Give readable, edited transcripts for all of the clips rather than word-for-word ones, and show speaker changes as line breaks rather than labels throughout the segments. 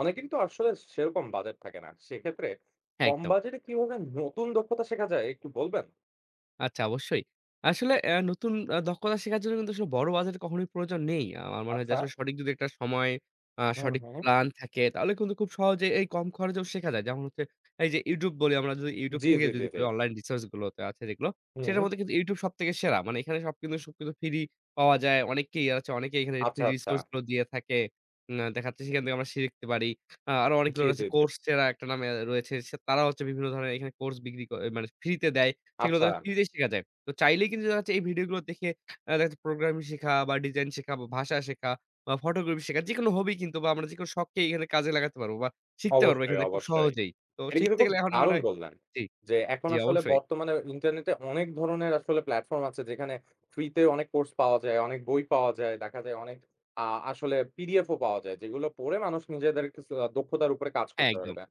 অনেকের তো আসলে সেরকম বাজেট থাকে না। সেক্ষেত্রে
হ্যাঁ,
কম
একদম।
বাজেটে কিভাবে নতুন দক্ষতা শেখা যায় একটু বলবেন?
আচ্ছা অবশ্যই। আসলে নতুন দক্ষতা শেখার জন্য কিন্তু আসলে বড় বাজেটের কখনোই প্রয়োজন নেই। আমার মনে হয় যে
আচ্ছা।
আসলে সঠিক যদি একটা সময়,
হুম,
সঠিক
হুম।
প্ল্যান থাকে তাহলে কিন্তু খুব সহজে এই কম খরচেও শেখা যায়। যেমন হচ্ছে এই যে YouTube বলি, আমরা যদি YouTube
জি,
থেকে
জি, জি,
যদি
জি।
বলি অনলাইন রিসোর্স গুলোতে আছে যেগুলো, সেটার
হুম।
মধ্যে কিন্তু YouTube সবথেকে সেরা। মানে এখানে সব কিন্তু সবকিছু ফ্রি পাওয়া যায়। অনেককেই আছে, অনেকেই এখানে ফ্রি
আচ্ছা, আচ্ছা।
রিসোর্স গুলো দিয়ে থাকে। দেখা যাচ্ছে সেখান থেকে আমরা শিখতে পারি। আরো অনেকগুলো
জি,
রয়েছে,
জি, জি।
Coursera একটা নামে রয়েছে। সে তারা হচ্ছে বিভিন্ন ধরনের এখানে কোর্স বিক্রি করে, মানে ফ্রিতে দেয়। সেগুলো
আচ্ছা।
দেখা ফ্রিতে শেখা যায়। তো চাইলেই কিন্তু দেখা যাচ্ছে এই ভিডিওগুলো দেখে দেখা যাচ্ছে প্রোগ্রামিং শেখা বা ডিজাইন শেখা বা ভাষা শেখা বা ফটোগ্রাফি শেখা, যেকোনো হবি কিন্তু, বা আমরা যেকোনো শখকে এখানে কাজে লাগাতে পারবো বা শিখতে পারবো এখান
অবশ্যই,
থেকে খুব
অবশ্যই।
সহজেই। তো
এটা কিন্তু
শিখতে
খুব
গেলে এখন মনে
দারুণ
হয়
বললেন।
জি,
যে এখন
জি
আসলে
অবশ্যই।
বর্তমানে ইন্টারনেটে অনেক ধরনের আসলে প্ল্যাটফর্ম আছে যেখানে ফ্রি তে অনেক কোর্স পাওয়া যায়, অনেক বই পাওয়া যায়। দেখা যায় অনেক আ আসলে পিডিএফ ও পাওয়া যায়। যেগুলো পড়ে মানুষ নিজেদের কিছু দক্ষতার উপরে কাজ
হ্যাঁ,
করতে
একদম।
পারবে।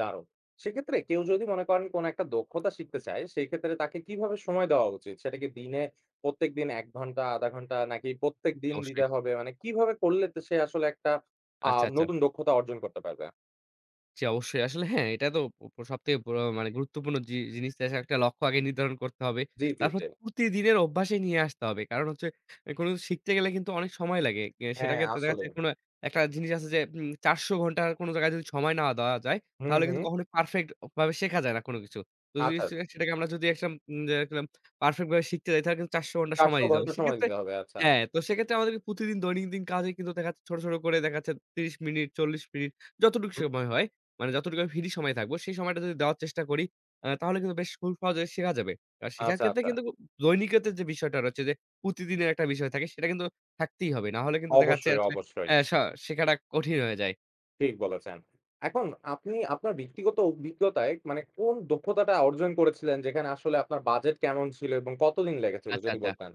দারুণ। সেক্ষেত্রে কেউ যদি মনে করেন কোন একটা দক্ষতা শিখতে চায়, সেই ক্ষেত্রে তাকে কিভাবে সময় দেওয়া উচিত? সেটা কি দিনে প্রত্যেকদিন ১ ঘন্টা, ০.৫ ঘন্টা নাকি প্রত্যেকদিন দিতে
অবশ্যই।
হবে? মানে কিভাবে করলে তো সে আসলে একটা আ
আচ্ছা, আচ্ছা।
নতুন দক্ষতা অর্জন করতে পারবে?
জি, অবশ্যই। আসলে হ্যাঁ, এটা তো সবথেকে বড় মানে গুরুত্বপূর্ণ জিনিস, আসলে একটা লক্ষ্য আগে নির্ধারণ করতে হবে।
জি, জি,
তারপর
জি।
হচ্ছে প্রতিদিনের অভ্যাসে নিয়ে আসতে হবে। কারণ হচ্ছে কোনো কিছু শিখতে গেলে কিন্তু অনেক সময় লাগে।
হ্যাঁ,
সেটাকে তো দেখা যাচ্ছে
আসলেই।
কোনো একটা জিনিস আছে যে ৪০০ ঘন্টা কোনো জায়গায় যদি সময় না দেওয়া যায়,
হুম,
তাহলে
হুম।
কিন্তু কখনোই পারফেক্ট ভাবে শেখা যায় না কোনো কিছু। তো যদি
আচ্ছা,
সে সেটাকে আমরা যদি একটা যে একদম পারফেক্ট ভাবে শিখতে যাই তাহলে কিন্তু ৪০০ ঘন্টা সময়
৪০০
দিতে হবে।
ঘন্টা সময়
সেক্ষেত্রে
দিতে হবে। আচ্ছা।
হ্যাঁ, তো সেক্ষেত্রে আমাদেরকে প্রতিদিন দৈনন্দিন কাজে কিন্তু দেখা যাচ্ছে ছোট, ছোট করে দেখা যাচ্ছে ৩০ মিনিট, ৪০ মিনিট যতটুকু
হুম,
সময় হয়, মানে যতটুকু আমি ফ্রি সময় থাকবো, সেই সময়টা যদি দেওয়ার চেষ্টা করি, তাহলে কিন্তু বেশ খুব সহজে শেখা যাবে। আর শেখার
আচ্ছা,
ক্ষেত্রে
আচ্ছা।
কিন্তু দৈনিকতার যে বিষয়টা রয়েছে যে, প্রতিদিনের একটা বিষয় থাকে, সেটা কিন্তু থাকতেই হবে। না হলে কিন্তু দেখা যাচ্ছে
অবশ্যই,
আসলে
অবশ্যই।
অ্যা স শেখাটা কঠিন হয়ে যায়।
ঠিক বলেছেন। এখন আপনি আপনার ব্যক্তিগত অভিজ্ঞতায় মানে কোন দক্ষতাটা অর্জন করেছিলেন যেখানে আসলে আপনার বাজেট কেমন ছিল এবং কতদিন লেগেছিল
আচ্ছা,
যদি
আচ্ছা।
বলতেন?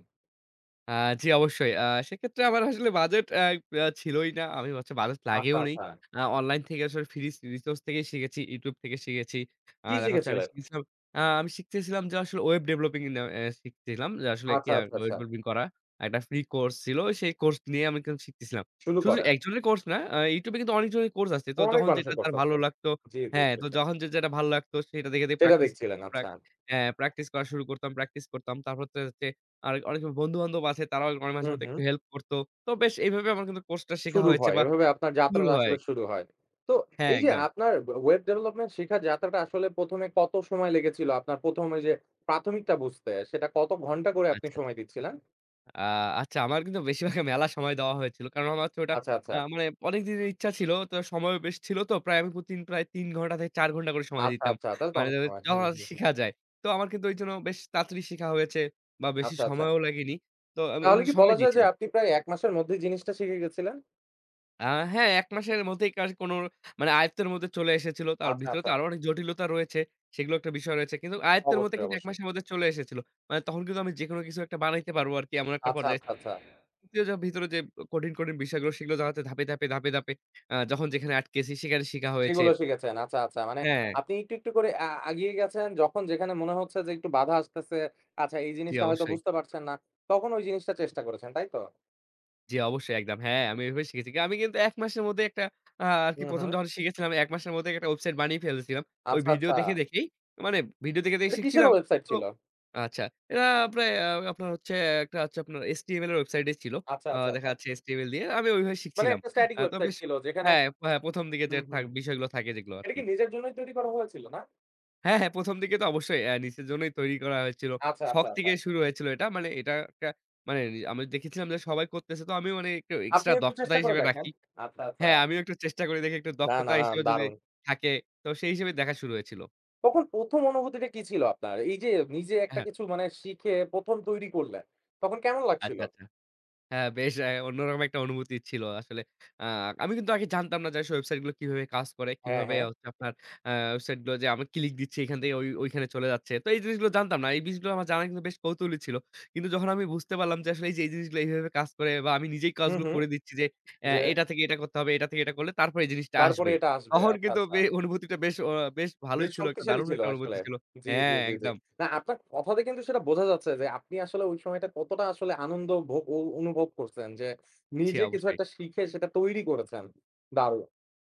আ জি, অবশ্যই। সেক্ষেত্রে আমার আসলে বাজেট অ্যা আ ছিলই না। আমি হচ্ছে বাজেট লাগেও
আচ্ছা,
নি।
আচ্ছা।
অনলাইন থেকে আসলে ফ্রি রিসোর্স থেকেই শিখেছি, YouTube থেকে শিখেছি।
কি
দেখা হচ্ছে আমি
শিখেছিলেন?
শিখেছিলাম, আমি শিখতেছিলাম যে আসলে ওয়েব ডেভেলপিং না, শিখতেছিলাম যে আসলে
আচ্ছা, আচ্ছা,
ওয়েব
আচ্ছা।
ডেভেলপিং করা। একটা ফ্রি কোর্স ছিল। সেই কোর্স নিয়ে আমি কিন্তু শিখতেছিলাম।
শুরু
শুধু
করেন।
একজনের কোর্স না, YouTube এ কিন্তু অনেকজনের কোর্স আছে। তো
অনেক
যখন যেটা
মানুষের
তার ভালো
করতেছেন।
লাগতো
জি, জি,
হ্যাঁ,
জি,
তো
জি।
যখন যে যেটা ভালো লাগতো সেটা দেখে, দেখে
সেটা
প্র্যাকটিস
দেখছিলেন।
করতাম।
আচ্ছা।
হ্যাঁ, প্র্যাকটিস করা শুরু করতাম, প্র্যাকটিস করতাম। তারপর তো হচ্ছে আর অনেক বন্ধু-বান্ধব আছে, তারাও অনেক মাঝে
হুম,
মধ্যে
হুম।
একটু হেল্প করত। তো বেশ এইভাবে আমার কিন্তু কোর্সটা শেখা
শুরু
হয়েছে
হয়।
বা
এভাবে আপনার
শুরু
যাত্রাটা
হয়।
আসলে শুরু হয়। তো
হ্যাঁ,
এই যে
একদম।
আপনার ওয়েব ডেভেলপমেন্ট শেখার যাত্রাটা আসলে ১ম এ কত সময় লেগেছিল? আপনার ১ম ওই যে প্রাথমিকটা বুঝতে সেটা কত ঘন্টা করে আপনি
আচ্ছা, আচ্ছা।
সময় দিচ্ছিলেন?
আ আচ্ছা আমার কিন্তু বেশিরভাগ মেলায় সময় দেওয়া হয়েছিল। কারণ আমার হচ্ছে ওটা
আচ্ছা, আচ্ছা।
মানে অনেকদিনের ইচ্ছা ছিল। তো সময়ও বেশ ছিল, তো প্রায় আমি প্রতিদিন প্রায় ৩ ঘন্টা থেকে ৪ ঘন্টা করে সময়
আচ্ছা,
দিতাম।
আচ্ছা। তাহলে তো
মানে
অনেক সময়।
যখন
হুম, হুম, হুম।
শিখা যায়। তো আমার কিন্তু ওইজন্য বেশ তাড়াতাড়ি শেখা হয়েছে বা বেশি
আচ্ছা, আচ্ছা।
সময়ও লাগেনি। তো আমি
তাহলে
ওইখানে
কি
সময়
বলা যায়
দিয়েছি।
যে আপনি প্রায় ১ মাসের মধ্যেই জিনিসটা শিখে গেছিলেন?
আ হ্যাঁ, ১ মাসের মধ্যেই কাজ কোনো মানে আয়ত্তের মধ্যে চলে এসেছিল। তার
আচ্ছা,
ভিতরে তো
আচ্ছা।
আরো অনেক জটিলতা রয়েছে। সেগুলো একটা বিষয় রয়েছে। কিন্তু আয়ত্তের মধ্যে
অবশ্যই,
কিন্তু ১
অবশ্যই।
মাসের মধ্যে চলে এসেছিল। মানে তখন কিন্তু আমি যেকোনো কিছু একটা বানাইতে পারবো আরকি, এমন একটা
আচ্ছা,
পর্যায়ে।
আচ্ছা, আচ্ছা।
তৃতীয় যে ভিতরে যে কঠিন, কঠিন বিষয়গুলো সেগুলো যাতে ধাপে, ধাপে, ধাপে, ধাপে যখন যেখানে আটকেছি সেখানে শিখা হয়েছে।
সেগুলো শিখেছেন। আচ্ছা, আচ্ছা। মানে
হ্যাঁ,
আপনি একটু, একটু করে আগিয়ে গেছেন। যখন যেখানে মনে হচ্ছে যে একটু বাধা আসতেছে, আচ্ছা এই
জি
জিনিসটা হয়তো
অবশ্যই।
বুঝতে পারছেন না, তখন ওই জিনিসটা চেষ্টা করেছেন, তাই তো?
জি, অবশ্যই একদম। হ্যাঁ, আমি এভাবে শিখেছি। কি, আমি কিন্তু ১ মাসের মধ্যে একটা আরকি
হুম,
১ম
হুম।
যখন শিখেছিলাম, ১ মাসের মধ্যে একটা ওয়েবসাইট বানিয়ে ফেলেছিলাম। ওই
আচ্ছা,
ভিডিও
আচ্ছা।
দেখে, দেখেই, মানে ভিডিও দেখে, দেখে
এটা কিসের
শিখছিলাম।
ওয়েবসাইট
তো
ছিল?
আচ্ছা, এটা প্রায় আপনার হচ্ছে একটা হচ্ছে আপনার HTML এর ওয়েবসাইটই ছিল।
আচ্ছা, আচ্ছা,
দেখা
আচ্ছা।
যাচ্ছে HTML দিয়ে আমি ওইভাবে
মানে
শিখছিলাম।
একটা স্ট্যাটিক
তো
ওয়েবসাইট
বেশ
ছিল যেখানে
হ্যাঁ, হ্যাঁ, ১ম দিকে যে
হুম, হুম,
থাক
হুম।
বিষয়গুলো থাকে যেগুলো
এটা
আরকি।
কি নিজের জন্যই তৈরি করা হয়েছিল না?
হ্যাঁ, হ্যাঁ, ১ম দিকে তো অবশ্যই নিচের জন্যই তৈরি করা হয়েছিল।
আচ্ছা,
শখ
আচ্ছা, আচ্ছা।
থেকে শুরু হয়েছিল এটা। মানে এটা একটা মানে আমি দেখেছিলাম যে সবাই করতেছে, তো আমিও মানে একটু
আপনি
এক্সট্রা
একটু
দক্ষতা
চেষ্টা করে
হিসেবে
দেখেন।
রাখি।
আচ্ছা, আচ্ছা।
হ্যাঁ, আমিও একটু চেষ্টা করে দেখি একটু
না,
দক্ষতা
না, না,
হিসেবে যদি
দারুণ।
থাকে, তো সেই হিসেবে দেখা শুরু হয়েছিল।
তখন ১ম অনুভূতিটা কি ছিল আপনার? এই যে নিজে একটা
হ্যাঁ,
কিছু মানে শিখে ১ম তৈরি করলেন, তখন কেমন
আচ্ছা,
লাগছিল?
আচ্ছা। হ্যাঁ, বেশ অন্যরকম একটা অনুভূতি ছিল আসলে। আ আমি কিন্তু আগে জানতাম না যে আসলে ওয়েবসাইট গুলো কিভাবে কাজ করে,
হ্যাঁ,
কিভাবে
হ্যাঁ।
হচ্ছে আপনার ওয়েবসাইট গুলো যে আমি ক্লিক দিচ্ছি, এখান থেকে ওই ওইখানে চলে যাচ্ছে। তো এই জিনিসগুলো জানতাম না। এই বিষয়গুলো আমার জানা কিন্তু বেশ কৌতূহলী ছিল। কিন্তু যখন আমি বুঝতে পারলাম যে আসলে এই যে এই জিনিসগুলো এইভাবে কাজ করে, বা আমি নিজেই
হুম,
কাজগুলো
হুম।
করে দিচ্ছি যে
যে
এটা থেকে এটা করতে হবে, এটা থেকে এটা করলে তারপরে এই জিনিসটা
তারপরে
আসবে।
এটা আসবে।
তখন
আচ্ছা,
কিন্তু
আচ্ছা।
অনুভূতিটা বেশ ভালোই
বেশ
ছিল। একটা
শক্তিশালী
দারুণ
ছিল
একটা অনুভূতি
আসলে।
ছিল।
জি, জি,
হ্যাঁ,
জি, জি।
একদম।
না আপনার কথাতে কিন্তু সেটা বোঝা যাচ্ছে যে আপনি আসলে ওই সময়টা কতটা আসলে আনন্দ ভো ও অনুভব করছেন যে নিজে কিছু
অবশ্যই।
একটা শিখে সেটা তৈরি করেছেন। দারুণ।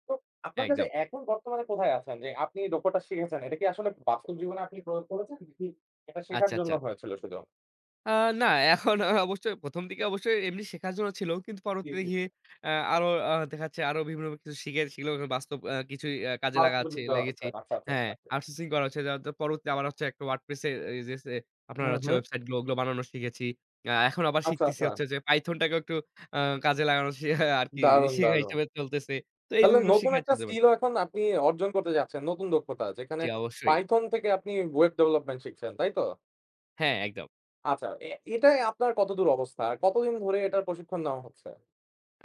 তো আপনার কাছে
একদম।
এখন বর্তমানে কোথায় আছেন? যে আপনি দক্ষতা শিখেছেন। এটা কি আসলে বাস্তব জীবনে আপনি প্রয়োগ করেছেন? নাকি এটা শেখার
আচ্ছা,
জন্য
আচ্ছা।
হয়েছিল শুধু?
আ না, এখন অবশ্যই ১ম দিকে অবশ্যই এমনি শেখার জন্য ছিল। কিন্তু
জি,
পরবর্তীতে
জি।
গিয়ে আ আরো আ দেখা যাচ্ছে আরো বিভিন্ন কিছু শিখে সেগুলো এখন বাস্তব কিছুই কাজে
বাস্তব
লাগাচ্ছি
দেওয়া
লেগেছি।
হচ্ছে। আচ্ছা, আচ্ছা,
হ্যাঁ,
আচ্ছা।
আউটসোর্সিং করা হচ্ছে। যার যার পরবর্তীতে আবার হচ্ছে একটা WordPress এর এই যে সে আপনার
হুম,
হচ্ছে
হুম।
ওয়েবসাইট গুলো ওগুলো বানানো শিখেছি। এখন আবার
আচ্ছা,
শিখতেছি
আচ্ছা।
হচ্ছে যে Python টাকেও একটু আ কাজে লাগানো আরকি
দারুণ,
শেখা
দারুণ।
হিসেবে চলতেছে। তো এই
তাহলে
জিনিসগুলো
নতুন
শিখাই
একটা
চলতে পারি।
স্কিলও এখন আপনি অর্জন করতে যাচ্ছেন, নতুন দক্ষতা। যেখানে
জি, অবশ্যই।
Python থেকে আপনি ওয়েব ডেভেলপমেন্ট শিখছেন, তাই তো?
হ্যাঁ, একদম।
আচ্ছা, এটায় আপনার কতদূর অবস্থা? আর কতদিন ধরে এটার প্রশিক্ষণ নেওয়া হচ্ছে?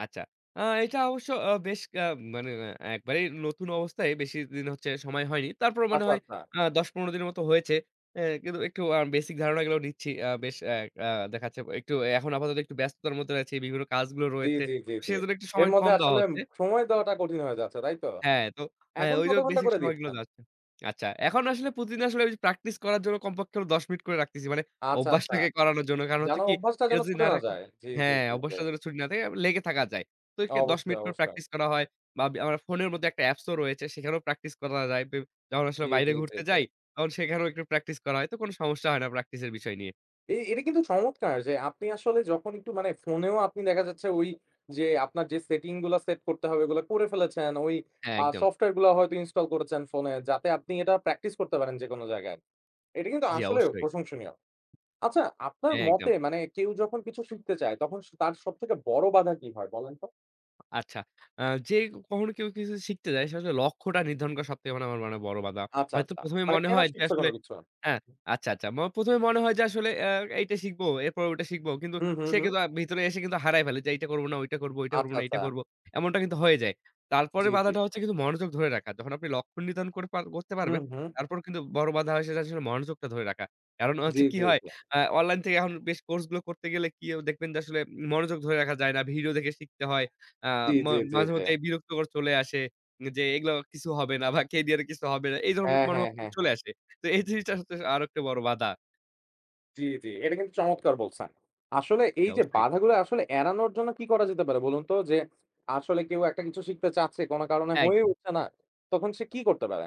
আচ্ছা। এটা অবশ্য আ বেশ আ মানে একবারেই নতুন অবস্থায় বেশিদিন হচ্ছে সময় হয়নি। তারপরও মনে
আচ্ছা,
হয়
আচ্ছা।
১০-১৫ দিনের মতো হয়েছে। কিন্তু একটু বেসিক ধারণাগুলো নিচ্ছি। আ বেশ আ আ দেখা যাচ্ছে একটু এখন আপাতত একটু ব্যস্ততার মধ্যে রয়েছি। বিভিন্ন কাজগুলো
জি,
রয়েছে।
জি, জি, জি।
সেজন্য একটু
এর
সময়
মধ্যে
কম দেওয়া
আসলে
হচ্ছে।
সময় দেওয়াটা কঠিন হয়ে যাচ্ছে, তাই তো?
হ্যাঁ, তো হ্যাঁ,
এখন
ওই যে
কত ঘন্টা
বেসিক
করে
সময়গুলো
দিচ্ছেন?
যাচ্ছে। আচ্ছা, এখন আসলে প্রতিদিন আসলে ওই যে প্র্যাকটিস করার জন্য কমপক্ষে হলো ১০ মিনিট করে রাখতেছি। মানে
আচ্ছা,
অভ্যাসটাকে
আচ্ছা।
করানোর জন্য। কারণ
যেন
হচ্ছে কি
অভ্যাসটা
এটা
যেন
যদি না
ছুটে না
রাখি,
যায়। জি, জি,
হ্যাঁ,
জি, জি।
অভ্যাসটা যেন ছুটি না থাকে, লেগে থাকা যায়। তো একে ১০
অবশ্যই,
মিনিট করে
অবশ্যই।
প্র্যাকটিস করা হয়, বা আমার ফোনের মধ্যে একটা অ্যাপসও রয়েছে, সেখানেও প্র্যাকটিস করা যায়। যখন আসলে
জি,
বাইরে
জি, জি,
ঘুরতে
জি।
যাই, তখন সেখানেও একটু প্র্যাকটিস করা হয়। তো কোনো সমস্যা হয় না প্র্যাকটিসের বিষয় নিয়ে।
এটা কিন্তু চমৎকার যে আপনি আসলে যখন একটু মানে ফোনেও আপনি দেখা যাচ্ছে ওই যে আপনার যে সেটিং গুলা সেট করতে হবে ওগুলা করে ফেলেছেন। ওই
হ্যাঁ, একদম।
সফটওয়্যার গুলা হয়তো ইনস্টল করেছেন ফোনে যাতে আপনি এটা প্র্যাকটিস করতে পারেন যেকোনো জায়গায়। এটা কিন্তু
জি,
আসলেও
অবশ্যই।
প্রশংসনীয়। আচ্ছা আপনার
হ্যাঁ, একদম।
মতে মানে কেউ যখন কিছু শিখতে চায় তখন তার সবথেকে বড় বাধা কি হয় বলেন তো?
আচ্ছা। আ যে কখনো কেউ কিছু শিখতে যায়, সে আসলে লক্ষ্যটা নির্ধারণ করা সবথেকে মানে আমার মানে বড় বাধা।
আচ্ছা,
হয়তো
আচ্ছা।
১ম এ
মানে
মনে
কেন
হয় যে
শিখছে
আসলে
কোনো কিছু?
হ্যাঁ, আচ্ছা, আচ্ছা। ১ম এ মনে হয় যে আসলে এইটা শিখবো, এরপর ওটা শিখবো। কিন্তু
হুম, হুম,
সে
হুম।
কিন্তু ভিতরে এসে কিন্তু হারায় ফেলে যে এইটা করব না, ওইটা করব, ওইটা করব
আচ্ছা,
না, এইটা
আচ্ছা।
করব। এমনটা কিন্তু হয়ে যায়। তারপরের
জি, জি।
বাধাটা হচ্ছে কিন্তু মনোযোগ ধরে রাখা। যখন আপনি লক্ষ্য নির্ধারণ করে পার করতে পারবেন,
হুম, হুম।
তারপর কিন্তু বড় বাধা হয় সেটা আসলে মনোযোগটা ধরে রাখা। কারণ
জি,
হচ্ছে কি
জি,
হয়,
জি।
অনলাইন থেকে এখন বেশ কোর্সগুলো করতে গেলে কি দেখবেন যে আসলে মনোযোগ ধরে রাখা যায় না। ভিডিও দেখে শিখতে হয়। আ
জি,
মা
জি, জি, জি।
মাঝেমধ্যে বিরক্তকর চলে আসে যে, "এগুলো কিছু হবে না বা ক্যারিয়ারে কিছু হবে না।" এই ধরনের
হ্যাঁ, হ্যাঁ,
মনোভাব
হ্যাঁ,
চলে
হ্যাঁ।
আসে। তো এই জিনিসটা সবচেয়ে আরো একটা বড় বাধা।
জি, জি। এটা কিন্তু চমৎকার বলছেন। আসলে
জি,
এই যে
অবশ্যই।
বাধাগুলো আসলে এড়ানোর জন্য কি করা যেতে পারে বলুন তো? যে আসলে কেউ একটা কিছু শিখতে চাচ্ছে, কোন কারণে
হ্যাঁ,
হয়ে
একদম।
উঠছে না। তখন সে কি করতে পারে?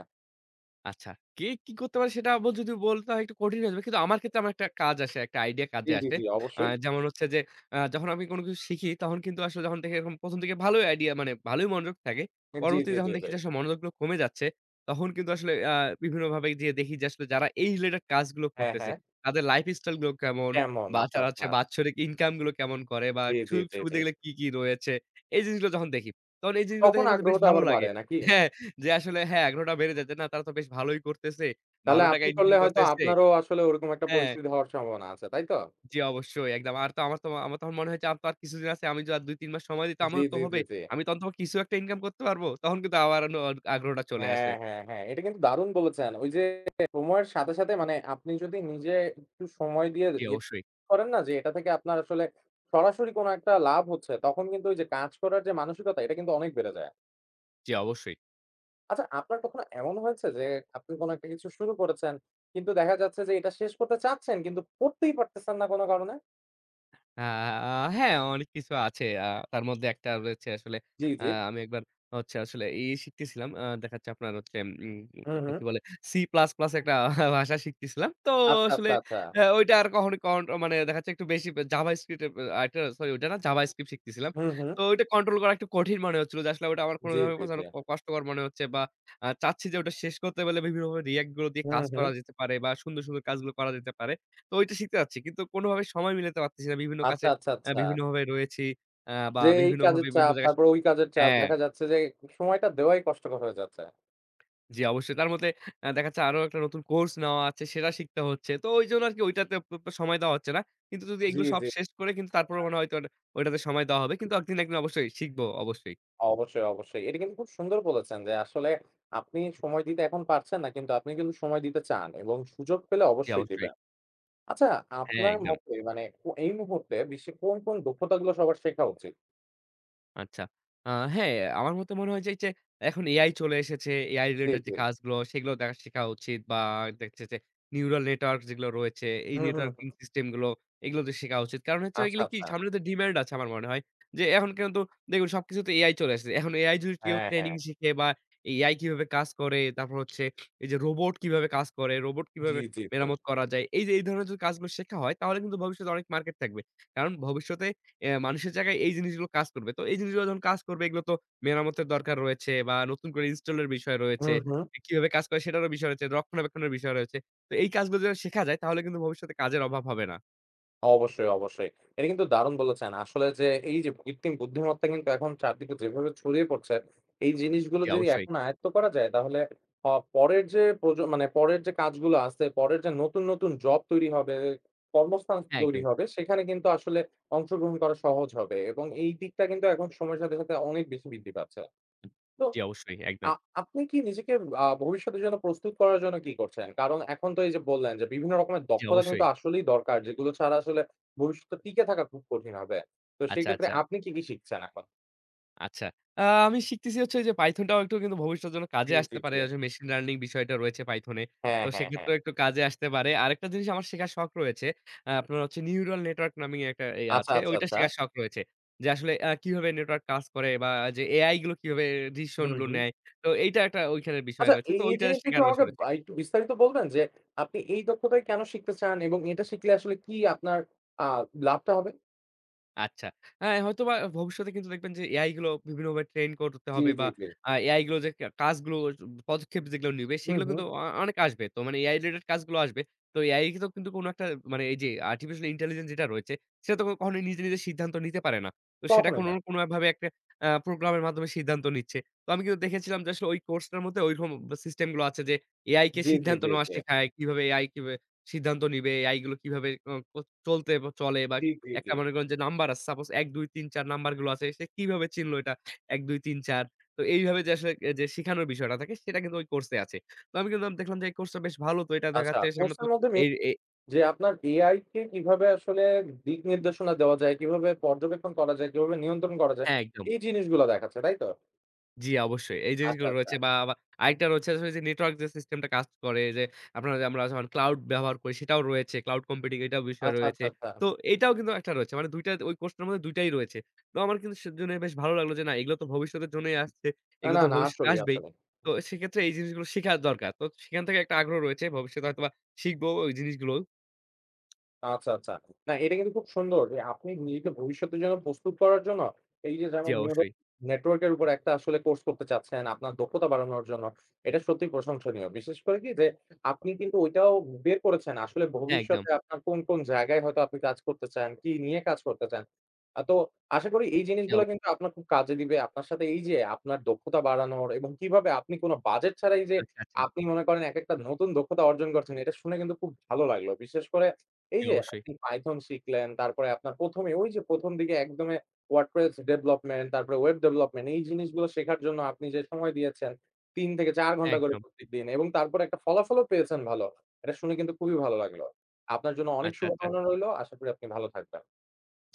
আচ্ছা। কে কি করতে পারে সেটা আবার যদি বলতে হয় একটু কঠিন হয়ে যাবে। কিন্তু আমার ক্ষেত্রে আমার একটা কাজ আসে, একটা আইডিয়া
জি,
কাজে
জি,
আসে।
জি, অবশ্যই।
যেমন হচ্ছে যে যখন আমি কোনো কিছু শিখি, তখন কিন্তু আসলে যখন দেখি এরকম ১ম দিকে ভালোই আইডিয়া মানে ভালোই মনোযোগ থাকে।
জি,
পরবর্তীতে
জি,
যখন
জি,
দেখি
জি।
যে আসলে মনোযোগগুলো কমে যাচ্ছে, তখন কিন্তু আসলে বিভিন্নভাবে যেয়ে দেখি যে আসলে যারা এই রিলেটেড কাজগুলো
হ্যাঁ,
করতেছে,
হ্যাঁ।
তাদের লাইফ স্টাইল গুলো কেমন,
তেমন
বা
আচ্ছা,
তারা হচ্ছে
আচ্ছা।
বাৎসরিক ইনকাম গুলো কেমন করে, বা
জি, জি,
সুযোগ
জি, জি।
সুবিধাগুলো কি, কি রয়েছে? এই জিনিসগুলো যখন দেখি, তখন এই জিনিসগুলো
তখন
দেখে কিন্তু বেশ
আগ্রহটা
ভালো
আবার
লাগে।
বাড়ে নাকি?
হ্যাঁ। যে আসলে হ্যাঁ, আগ্রহটা বেড়ে যায় যে না, তারা তো বেশ ভালোই করতেছে।
তাহলে
ভালো টাকা
আপনি
ইনকাম
করলে হয়তো
করতেছে।
আপনারও আসলে ওরকম একটা
হ্যাঁ,
পরিস্থিতি হওয়ার সম্ভাবনা আছে, তাই তো?
জি অবশ্যই একদম। আর তো আমার তো আমার তখন মনে হয়েছে আর তো আর কিছুদিন আছে। আমি যদি আর ২-৩ মাস সময় দিই তো
জি,
আমার তো
জি,
হবে।
জি, জি।
আমি তখন তো অন্তত কিছু একটা ইনকাম করতে পারবো। তখন কিন্তু আবার আগ্রহটা চলে আসে।
হ্যাঁ, হ্যাঁ, হ্যাঁ। এটা কিন্তু দারুণ বলেছেন। ওই যে সময়ের সাথে, সাথে মানে আপনি যদি নিজে একটু সময় দিয়ে
জি
ইয়ে
অবশ্যই,
করেন না যে এটা থেকে আপনার আসলে সরাসরি কোনো একটা লাভ হচ্ছে, তখন কিন্তু ওই যে কাজ করার যে মানসিকতা এটা কিন্তু অনেক বেড়ে যায়।
জি অবশ্যই।
আচ্ছা আপনার কখনো এমন হয়েছে যে আপনি কোনো একটা কিছু শুরু করেছেন, কিন্তু দেখা যাচ্ছে যে এটা শেষ করতে চাচ্ছেন কিন্তু করতেই পারতেছেন না কোনো কারণে?
আ হ্যাঁ, অনেক কিছু আছে। তার মধ্যে একটা রয়েছে আসলে
জি,
আ
জি।
আমি একবার হচ্ছে আসলে শিখতেছিলাম। দেখা যাচ্ছে আপনার হচ্ছে উম
হুম,
আপনার
হুম।
কি বলে? C++ একটা ভাষা শিখতেছিলাম। তো
আচ্ছা,
আসলে
আচ্ছা, আচ্ছা।
ওইটা আর কখনো কন মানে দেখা যাচ্ছে একটু বেশি জাভাস্ক্রিপ্ট এর আরেকটা সরি ওইটা না জাভাস্ক্রিপ্ট শিখতেছিলাম।
হুম, হুম।
তো ওইটা কন্ট্রোল করা একটু কঠিন মনে হচ্ছিল যে আসলে ওটা আমার
জি,
কোনভাবে
জি,
যেন
জি।
কষ্টকর মনে হচ্ছে বা চাচ্ছি যে ওটা শেষ করতে পারলে বিভিন্নভাবে রিঅ্যাক্ট গুলো দিয়ে
হুম,
কাজ
হুম।
করা যেতে পারে বা সুন্দর, সুন্দর কাজগুলো করা যেতে পারে। তো ওইটা শিখতে চাচ্ছি। কিন্তু কোনোভাবে সময় মিলাতে পারতেছি না। বিভিন্ন কাছে
আচ্ছা, আচ্ছা, আচ্ছা।
বিভিন্নভাবে রয়েছি আ বা
যে এই
বিভিন্নভাবে
কাজের
বিভিন্ন
চাপ,
জায়গায়
তারপরে ওই কাজের চাপ।
হ্যাঁ,
দেখা যাচ্ছে যে সময়টা দেওয়াই কষ্টকর হয়ে যাচ্ছে।
জি অবশ্যই। তার মধ্যে দেখা যাচ্ছে আরো একটা নতুন কোর্স নেওয়া আছে, সেটা শিখতে হচ্ছে। তো ওইজন্য আরকি ওইটাতে প প সময় দেওয়া হচ্ছে না। কিন্তু যদি
জি,
এগুলো সব
জি।
শেষ করে কিন্তু তারপরে মনে হয় হয়তো ওটা ওইটাতে সময় দেওয়া হবে। কিন্তু একদিন না একদিন অবশ্যই শিখবো অবশ্যই।
অবশ্যই, অবশ্যই। এটা কিন্তু খুব সুন্দর বলেছেন যে আসলে আপনি সময় দিতে এখন পারছেন না। কিন্তু আপনি কিন্তু সময় দিতে চান এবং সুযোগ পেলে
জি
অবশ্যই
অবশ্যই।
দিবেন। আচ্ছা
হ্যাঁ,
আপনার
একদম।
মতে মানে এই মুহূর্তে বিশ্বে কোন, কোন দক্ষতাগুলো সবার শেখা উচিত?
আচ্ছা। আ হ্যাঁ, আমার মতে মনে হয় যে এই যে এখন AI চলে এসেছে। AI
জি,
রিলেটেড যে
জি।
কাজগুলো সেগুলো শেখা উচিত বা দেখছে যে নিউরাল নেটওয়ার্ক যেগুলো রয়েছে, এই
হুম, হুম,
নেটওয়ার্কিং
হুম।
সিস্টেম গুলো এগুলো তো শেখা উচিত। কারণ হচ্ছে
আচ্ছা,
এগুলো কি
আচ্ছা।
সামনে তো ডিমান্ড আছে আমার মনে হয়। যে এখন কিন্তু দেখুন সবকিছুতে AI চলে এসেছে। এখন AI যদি কেউ
হ্যাঁ,
ট্রেনিং
হ্যাঁ।
শিখে বা AI কিভাবে কাজ করে, তারপর হচ্ছে এই যে রোবট কিভাবে কাজ করে, রোবট
জি,
কিভাবে
জি, জি।
মেরামত করা যায়। এই যে এই ধরনের যদি কাজগুলো শেখা হয় তাহলে কিন্তু ভবিষ্যতে অনেক মার্কেট থাকবে। কারণ ভবিষ্যতে মানুষের জায়গায় এই জিনিসগুলো কাজ করবে। তো এই জিনিসগুলো যখন কাজ করবে এগুলো তো মেরামতের দরকার রয়েছে বা নতুন করে ইনস্টল এর বিষয় রয়েছে।
হুম, হুম।
এ কিভাবে কাজ করে সেটারও বিষয় রয়েছে, রক্ষণাবেক্ষণের বিষয় রয়েছে। তো এই কাজগুলো যদি শেখা যায় তাহলে কিন্তু ভবিষ্যতে কাজের অভাব হবে না।
অবশ্যই, অবশ্যই। এটা কিন্তু দারুণ বলেছেন। আসলে যে এই যে কৃত্রিম বুদ্ধিমত্তা কিন্তু এখন চারদিকে যেভাবে ছড়িয়ে পড়ছে, এই জিনিসগুলো
জি,
যদি
অবশ্যই।
এখন আয়ত্ত করা যায় তাহলে পরের যে মানে পরের যে কাজগুলো আছে, পরের যে নতুন, নতুন জব তৈরি হবে, কর্মস্থান
হ্যাঁ,
তৈরি
একদম।
হবে সেখানে কিন্তু আসলে অংশগ্রহণ করা সহজ হবে এবং এই দিকটা কিন্তু এখন সময়ের সাথে, সাথে অনেক বেশি বৃদ্ধি পাচ্ছে। তো
জি, অবশ্যই।
আ
একদম।
আপনি কি নিজেকে ভবিষ্যতের জন্য প্রস্তুত করার জন্য কি করছেন? কারণ এখন তো এই যে বললেন যে বিভিন্ন রকমের
জি,
দক্ষতা
অবশ্যই।
কিন্তু আসলেই দরকার, যেগুলো ছাড়া আসলে ভবিষ্যতে টিকে থাকা খুব কঠিন হবে। তো
আচ্ছা,
সেক্ষেত্রে
আচ্ছা।
আপনি কি, কি শিখছেন এখন?
আচ্ছা। আ আমি শিখতেছি হচ্ছে যে Python টাও একটু কিন্তু ভবিষ্যতের জন্য কাজে
জি,
আসতে
জি,
পারে।
জি।
আসলে মেশিন লার্নিং বিষয়টা রয়েছে Python এ।
হ্যাঁ,
তো
হ্যাঁ, হ্যাঁ।
সেক্ষেত্রেও একটু কাজে আসতে পারে। আরেকটা জিনিস আমার শেখার শখ রয়েছে। আপনার হচ্ছে নিউরাল নেটওয়ার্ক নামে একটা এ
আচ্ছা,
আছে।
আচ্ছা,
ওইটা
আচ্ছা।
শেখার শখ রয়েছে। যে আসলে কিভাবে নেটওয়ার্ক কাজ করে বা যে AI গুলো কিভাবে ডিসিশন
হুম,
গুলো
হুম।
নেয়। তো এইটা একটা ওইখানের বিষয়
আচ্ছা
রয়েছে।
এই,
তো
এই
ওইটা
জিনিসটা একটু
শেখার বসে
আমাকে
রয়েছে।
একটু বিস্তারিত বলবেন যে আপনি এই দক্ষতায় কেন শিখতে চান এবং এটা শিখলে আসলে কি আপনার আ লাভটা হবে?
আচ্ছা। হ্যাঁ, হয়তোবা ভবিষ্যতে কিন্তু দেখবেন যে এআই গুলো বিভিন্নভাবে ট্রেন করতে
জি,
হবে বা
জি, জি।
এআই গুলো যে কাজগুলো পদক্ষেপ যেগুলো নিবে
হুম,
সেগুলো
হুম।
কিন্তু অনেক আসবে। তো মানে এআই রিলেটেড কাজগুলো আসবে। তো এআই তো কিন্তু কোনো একটা মানে এই যে আর্টিফিশিয়াল ইন্টেলিজেন্স যেটা রয়েছে সেটা তো কখনোই নিজে, নিজে সিদ্ধান্ত নিতে পারে না। তো সেটা
কখনোই
কোনো
না।
না কোনোভাবে একটা প্রোগ্রামের মাধ্যমে সিদ্ধান্ত নিচ্ছে। তো আমি কিন্তু দেখেছিলাম যে আসলে ওই কোর্সটার মধ্যে ওইরকম সিস্টেম গুলো আছে যে এআই কে
জি, জি,
সিদ্ধান্ত
জি,
নেওয়া
জি।
শেখায়। কিভাবে সিদ্ধান্ত নিবে, এআই গুলো কিভাবে চলতে চলে বা
জি, জি,
একটা
জি।
মনে করেন যে নাম্বার আছে। সাপোজ ১, ২, ৩, ৪ নাম্বার গুলো আছে। সে কিভাবে চিনলো এটা ১, ২, ৩, ৪। তো এইভাবে যে আসলে যে শিখানোর বিষয়টা থাকে সেটা কিন্তু ওই কোর্সে আছে। তো আমি কিন্তু দেখলাম যে এই কোর্সটা বেশ ভালো। তো এটা দেখা
আচ্ছা,
যাচ্ছে সামনে তো
কোর্সের মধ্যে
এই এ
যে আপনার এআই কে কিভাবে আসলে দিক নির্দেশনা দেওয়া যায়, কিভাবে পর্যবেক্ষণ করা যায়, কিভাবে নিয়ন্ত্রণ করা যায়,
হ্যাঁ, একদম।
এই জিনিসগুলা দেখাচ্ছে, তাই তো?
জি, অবশ্যই। এই
আচ্ছা,
জিনিসগুলো
আচ্ছা।
রয়েছে বা আবা আরেকটা রয়েছে আসলে যে নেটওয়ার্ক যে সিস্টেমটা কাজ করে যে আপনারা যে আমরা যখন ক্লাউড ব্যবহার করি সেটাও রয়েছে। ক্লাউড কম্পিউটিং এটাও বিষয়
আচ্ছা,
রয়েছে।
আচ্ছা, আচ্ছা।
তো এটাও কিন্তু একটা রয়েছে। মানে ২ টা ওই কোর্সটার মধ্যে ২ টাই রয়েছে। তো আমার কিন্তু সেজন্য বেশ ভালো লাগলো যে না এগুলো তো ভবিষ্যতের জন্যই আসছে। এগুলো
না,
তো
না
ভবিষ্যতে
আসলেই,
আসবেই।
আসলেই।
তো সেক্ষেত্রে এই জিনিসগুলো শেখার দরকার। তো সেখান থেকে একটা আগ্রহ রয়েছে। ভবিষ্যতে হয়তোবা শিখবো ওই জিনিসগুলো।
আচ্ছা, আচ্ছা। না এটা কিন্তু খুব সুন্দর যে আপনি নিজেকে ভবিষ্যতের জন্য প্রস্তুত করার জন্য এই যে
জি,
যেমন নিউরো
অবশ্যই।
নেটওয়ার্ক এর উপর একটা আসলে কোর্স করতে চাচ্ছেন, আপনার দক্ষতা বাড়ানোর জন্য। এটা সত্যিই প্রশংসনীয়। বিশেষ করে কি যে আপনি কিন্তু ওইটাও বের করেছেন। আসলে
হ্যাঁ, একদম।
ভবিষ্যতে আপনার কোন, কোন জায়গায় হয়তো আপনি কাজ করতে চান, কি নিয়ে কাজ করতে চান। তো আশা করি এই
জি, অব
জিনিসগুলো কিন্তু আপনার খুব কাজে দিবে। আপনার সাথে এই যে আপনার দক্ষতা বাড়ানোর এবং কিভাবে আপনি কোন বাজেট ছাড়াই যে
আচ্ছা, আচ্ছা।
আপনি মনে করেন একেকটা নতুন দক্ষতা অর্জন করছেন এটা শুনে কিন্তু খুব ভালো লাগলো। বিশেষ করে এই
জি,
যে
অবশ্যই।
আপনি Python শিখলেন, তারপরে আপনার ১ম এ ওই যে ১ম দিকে একদমে WordPress ডেভেলপমেন্ট, তারপরে ওয়েব ডেভেলপমেন্ট এই জিনিসগুলো শেখার জন্য আপনি যে সময় দিয়েছেন ৩ থেকে ৪
হ্যাঁ
ঘন্টা করে
একদম।
প্রত্যেকদিন এবং তারপরে একটা ফলাফলও পেয়েছেন ভালো। এটা শুনে কিন্তু খুবই ভালো লাগলো। আপনার জন্য অনেক
আচ্ছা, আচ্ছা।
শুভকামনা রইলো। আশা করি আপনি ভালো থাকবেন।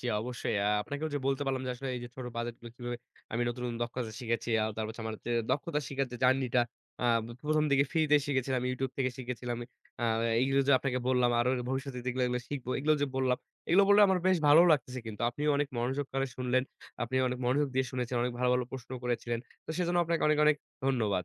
জি, অবশ্যই। আপনাকেও যে বলতে পারলাম যে আসলে এই যে ছোট বাজেটগুলো কিভাবে আমি নতুন, নতুন দক্ষতা শিখেছি। আর তারপর হচ্ছে আমার যে দক্ষতা শিখার যে জার্নিটা আ ১ম দিকে ফ্রিতে শিখেছিলাম, YouTube থেকে শিখেছিলাম। আ এইগুলো যে আপনাকে বললাম আরো ভবিষ্যতে যেগুলো এগুলো শিখবো, এগুলো যে বললাম, এগুলো বললে আমার বেশ ভালো লাগতেছে কিন্তু। আপনিও অনেক মনোযোগ করে শুনলেন। আপনি অনেক মনোযোগ দিয়ে শুনেছেন। অনেক ভালো, ভালো প্রশ্ন করেছিলেন। তো সেজন্য আপনাকে অনেক, অনেক ধন্যবাদ।